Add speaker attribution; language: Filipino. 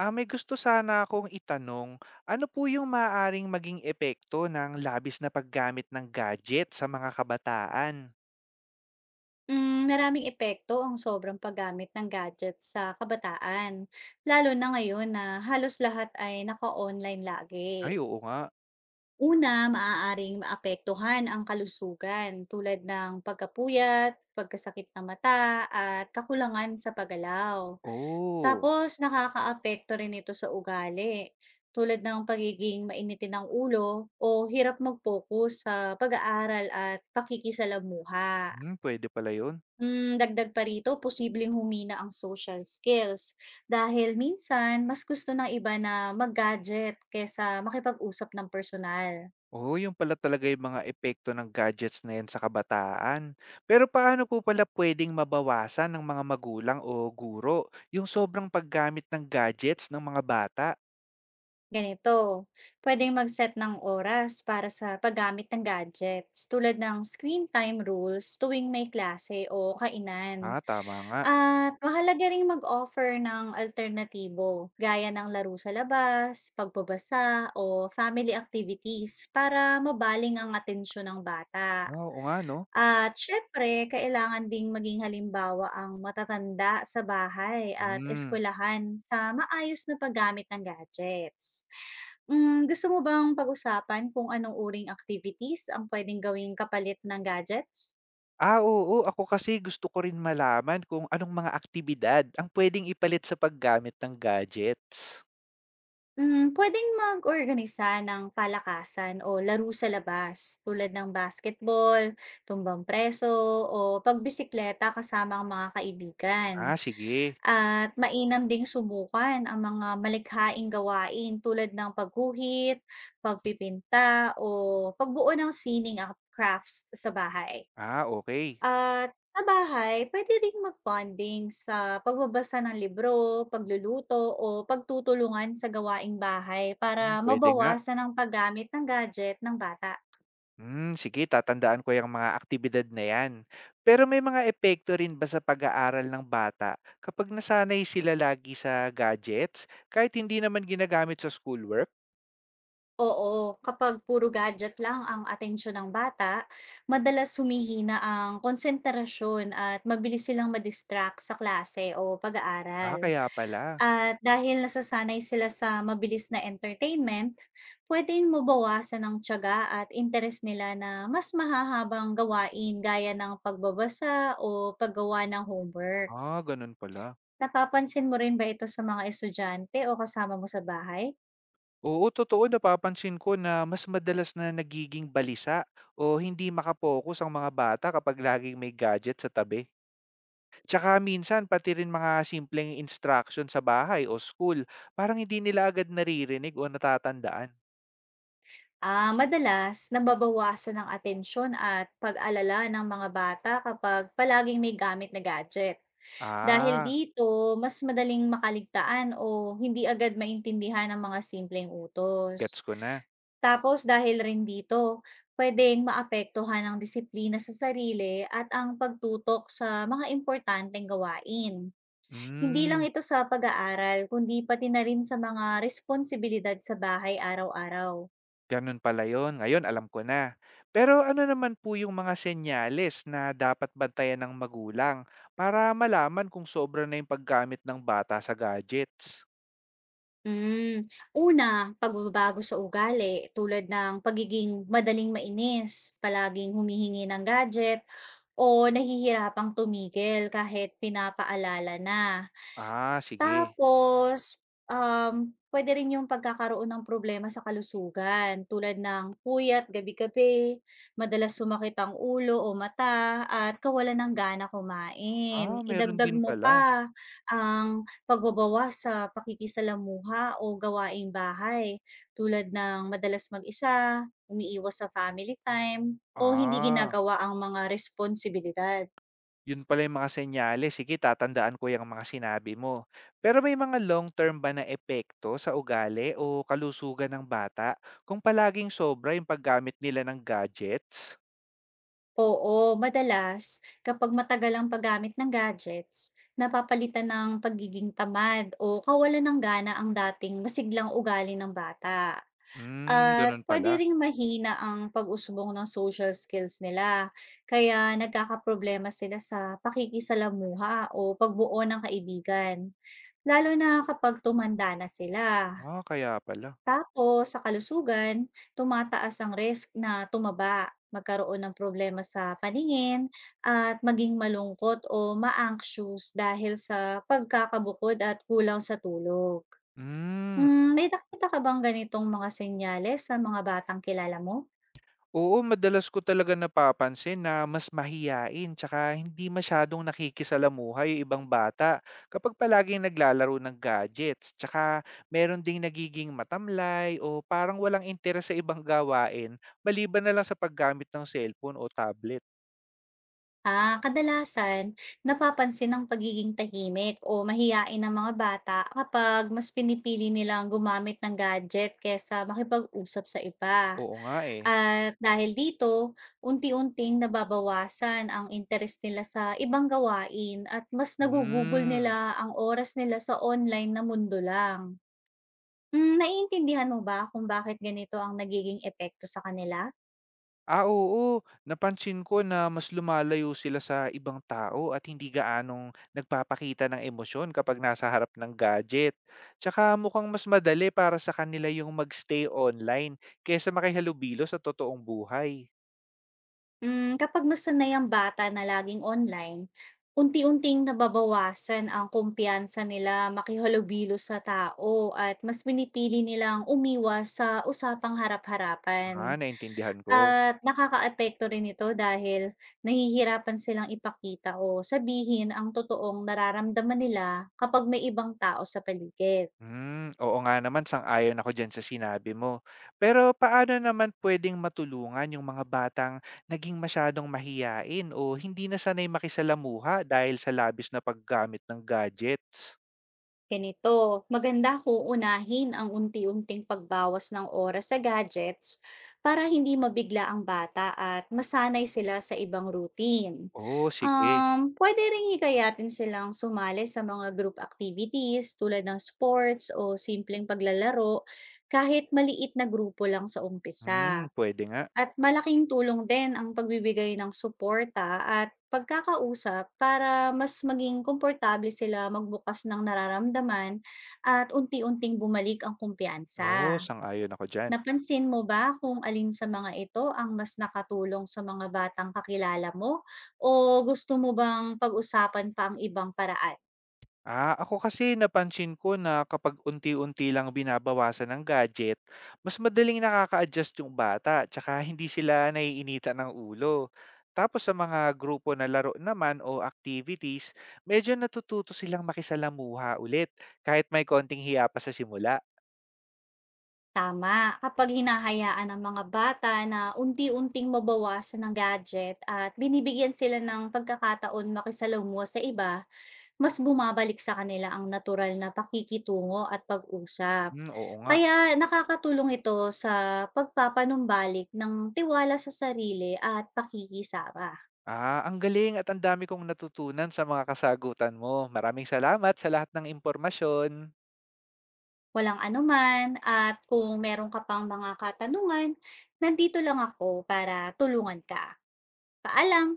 Speaker 1: Ah, may gusto sana akong itanong, ano po yung maaaring maging epekto ng labis na paggamit ng gadget sa mga kabataan?
Speaker 2: Mm, maraming epekto ang sobrang paggamit ng gadgets sa kabataan, lalo na ngayon na halos lahat ay naka-online lagi.
Speaker 1: Ay, oo nga.
Speaker 2: Una, maaaring maapektuhan ang kalusugan tulad ng pagkapuyat, pagkasakit ng mata, at kakulangan sa pagalaw.
Speaker 1: Oo.
Speaker 2: Tapos, nakakaapekto rin ito sa ugali, tulad ng pagiging mainitin ng ulo o hirap mag-focus sa pag-aaral at pakikisalamuha.
Speaker 1: Hmm, pwede pala yun.
Speaker 2: Hmm, dagdag pa rito, posibleng humina ang social skills dahil minsan mas gusto ng iba na mag-gadget kesa makipag-usap ng personal.
Speaker 1: Oo, yun pala talaga yung mga epekto ng gadgets na yan sa kabataan. Pero paano po pala pwedeng mabawasan ng mga magulang o guro yung sobrang paggamit ng gadgets ng mga bata?
Speaker 2: Ganito, pwedeng mag-set ng oras para sa paggamit ng gadgets tulad ng screen time rules tuwing may klase o kainan.
Speaker 1: Ah, tama nga.
Speaker 2: At mahalaga ring mag-offer ng alternatibo gaya ng laro sa labas, pagbabasa o family activities para mabaling ang atensyon ng bata.
Speaker 1: Oo nga, no?
Speaker 2: At siyempre kailangan ding maging halimbawa ang matatanda sa bahay at
Speaker 1: Hmm.
Speaker 2: eskuwelahan sa maayos na paggamit ng gadgets. Hmm, gusto mo bang pag-usapan kung anong uring activities ang puwedeng gawing kapalit ng gadgets?
Speaker 1: Ah, oo. Ako kasi gusto ko rin malaman kung anong mga aktibidad ang puwedeng ipalit sa paggamit ng gadgets.
Speaker 2: Hmm, puwedeng mag-organisa ng palakasan o laro sa labas tulad ng basketball, tumbang preso o pagbisikleta kasama ang mga kaibigan.
Speaker 1: Ah, sige.
Speaker 2: At mainam ding subukan ang mga malikhaing gawain tulad ng pagguhit, pagpipinta, o pagbuo ng sining at crafts sa bahay.
Speaker 1: Ah, okay.
Speaker 2: At sa bahay, pwede rin mag-bonding sa pagbabasa ng libro, pagluluto, o pagtutulungan sa gawaing bahay para
Speaker 1: Hmm, puwede nga.
Speaker 2: mabawasan ang paggamit ng gadget ng bata.
Speaker 1: Hmm, sige tatandaan ko yung mga aktibidad na yan. Pero may mga epekto rin ba sa pag-aaral ng bata kapag nasanay sila lagi sa gadgets kahit hindi naman ginagamit sa schoolwork?
Speaker 2: Oo, kapag puro gadget lang ang atensyon ng bata, madalas humihina ang konsentrasyon at mabilis silang ma sa klase o
Speaker 1: Ah,
Speaker 2: pag-aaral.
Speaker 1: kaya pala.
Speaker 2: At dahil nasasanay sila sa mabilis na entertainment, pwedeng mabawasan ang tiyaga at interes nila na mas mahahabang gawain gaya ng pagbabasa o paggawa ng homework.
Speaker 1: Ah, ganun pala.
Speaker 2: Napapansin mo rin ba ito sa mga estudyante o kasama mo sa bahay?
Speaker 1: Oo, totoo napapansin ko na mas madalas na nagiging balisa o hindi makapokus ang mga bata kapag laging may gadget sa tabi. Tsaka minsan pati rin mga simpleng instruction sa bahay o school, parang hindi nila agad naririnig o natatandaan.
Speaker 2: Ah, madalas nababawasan ng atensyon at pag-alala ng mga bata kapag palaging may gamit na gadget. Dahil
Speaker 1: Ah,
Speaker 2: dito, mas madaling makaligtaan o hindi agad maintindihan ang mga simpleng utos.
Speaker 1: gets ko na.
Speaker 2: Tapos dahil rin dito, pwedeng maapektuhan ang disiplina sa sarili at ang pagtutok sa mga importanteng gawain. Hindi lang
Speaker 1: Hmm,
Speaker 2: ito sa pag-aaral, kundi pati na rin sa mga responsibilidad sa bahay araw-araw.
Speaker 1: ganun pala yon. Ngayon alam ko na. Pero ano naman po yung mga senyales na dapat bantayan ng magulang para malaman kung sobra na yung paggamit ng bata sa gadgets?
Speaker 2: Hmm. Una, pagbabago sa ugali tulad ng pagiging madaling mainis, palaging humihingi ng gadget o nahihirapang tumigil kahit pinapaalala na.
Speaker 1: Ah, sige.
Speaker 2: Tapos, puwede rin yung pagkakaroon ng problema sa kalusugan tulad ng puyat gabi-gabi, madalas sumakit ang ulo o mata at kawalan ng gana kumain.
Speaker 1: Ah, meron
Speaker 2: Idagdag
Speaker 1: din
Speaker 2: mo
Speaker 1: pala.
Speaker 2: pa ang pagbabawas sa pakikisalamuha o gawaing bahay tulad ng madalas mag-isa, umiiwas sa family time o hindi
Speaker 1: Ah,
Speaker 2: ginagawa ang mga responsibilidad.
Speaker 1: yun pala yung mga senyales. Sige, tatandaan ko yung mga sinabi mo. Pero may mga long-term ba na epekto sa ugali o kalusugan ng bata kung palaging sobra yung paggamit nila ng gadgets?
Speaker 2: Oo, madalas kapag matagal ang paggamit ng gadgets, napapalitan ng pagiging tamad o kawalan ng gana ang dating masiglang ugali ng bata.
Speaker 1: Hmm,
Speaker 2: At
Speaker 1: ganun
Speaker 2: pwede
Speaker 1: pala.
Speaker 2: ring mahina ang pag-usbong ng social skills nila, kaya nagkakaproblema sila sa pakikisalamuha o pagbuo ng kaibigan, lalo na kapag tumanda na sila.
Speaker 1: Ah, kaya pala.
Speaker 2: Tapos sa kalusugan, tumataas ang risk na tumaba, magkaroon ng problema sa paningin, at maging malungkot o ma-anxious dahil sa pagkakabukod at kulang sa tulog.
Speaker 1: Hmm.
Speaker 2: Hmm, may nakita ka bang ganitong mga senyales sa mga batang kilala mo?
Speaker 1: Oo, madalas ko talaga napapansin na mas mahiyain tsaka hindi masyadong nakikisalamuha yung ibang bata kapag palaging naglalaro ng gadgets. Tsaka meron ding nagiging matamlay o parang walang interes sa ibang gawain maliban na lang sa paggamit ng cellphone o tablet.
Speaker 2: Ah, kadalasan napapansin ang pagiging tahimik o mahiyain ng mga bata kapag mas pinipili nilang gumamit ng gadget kesa makipag-usap sa iba.
Speaker 1: Oo nga eh.
Speaker 2: At dahil dito, unti-unting nababawasan ang interes nila sa ibang gawain at mas nagugugol nila
Speaker 1: Mm.
Speaker 2: ang oras nila sa online na mundo lang. Mm, naiintindihan mo ba kung bakit ganito ang nagiging epekto sa kanila?
Speaker 1: Ah, oo. Napansin ko na mas lumalayo sila sa ibang tao at hindi gaanong nagpapakita ng emosyon kapag nasa harap ng gadget. Tsaka mukhang mas madali para sa kanila yung magstay online kaysa makihalubilo sa totoong buhay.
Speaker 2: Hmm, kapag nasanay ang bata na laging online, unti-unting nababawasan ang kumpiyansa nila makihalubilo sa tao at mas pinipili nilang umiwas sa usapang harap-harapan.
Speaker 1: Ah, naintindihan ko.
Speaker 2: At nakakaapekto rin ito dahil nahihirapan silang ipakita o sabihin ang totoong nararamdaman nila kapag may ibang tao sa paligid.
Speaker 1: Hmm, oo nga naman, sang-ayon ako diyan sa sinabi mo. Pero paano naman puwedeng matulungan yung mga batang naging masyadong mahiyain o hindi na sanay makisalamuha dahil sa labis na paggamit ng gadgets?
Speaker 2: Ganito, maganda kung unahin ang unti-unting pagbawas ng oras sa gadgets para hindi mabigla ang bata at masanay sila sa ibang routine.
Speaker 1: Oh, sige.
Speaker 2: Pwede rin hikayatin silang sumali sa mga group activities tulad ng sports o simpleng paglalaro kahit maliit na grupo lang sa umpisa.
Speaker 1: Hmm, puwede nga.
Speaker 2: At malaking tulong din ang pagbibigay ng suporta at pagkakausap para mas maging komportable sila magbukas ng nararamdaman at unti-unting bumalik ang kumpiyansa.
Speaker 1: Oo, sang-ayon ako diyan.
Speaker 2: Napansin mo ba kung alin sa mga ito ang mas nakatulong sa mga batang kakilala mo o gusto mo bang pag-usapan pa ang ibang paraan?
Speaker 1: Ah, ako kasi napansin ko na kapag unti-unti lang binabawasan ng gadget, mas madaling nakaka-adjust yung bata, tsaka hindi sila naiinitan ng ulo. Tapos sa mga grupo na laro naman o activities, medyo natututo silang makisalamuha ulit, kahit may konting hiya pa sa simula.
Speaker 2: Tama, kapag hinahayaan ng mga bata na unti-unting mabawasan ng gadget at binibigyan sila ng pagkakataon makisalamuha sa iba, mas bumabalik sa kanila ang natural na pakikitungo at pag-usap.
Speaker 1: Hmm, oo nga.
Speaker 2: Kaya nakakatulong ito sa pagpapanumbalik ng tiwala sa sarili at pakikisama.
Speaker 1: Ah, ang galing at ang dami kong natutunan sa mga kasagutan mo. Maraming salamat sa lahat ng impormasyon.
Speaker 2: Walang anuman at kung meron ka pang mga katanungan, nandito lang ako para tulungan ka. Paalam!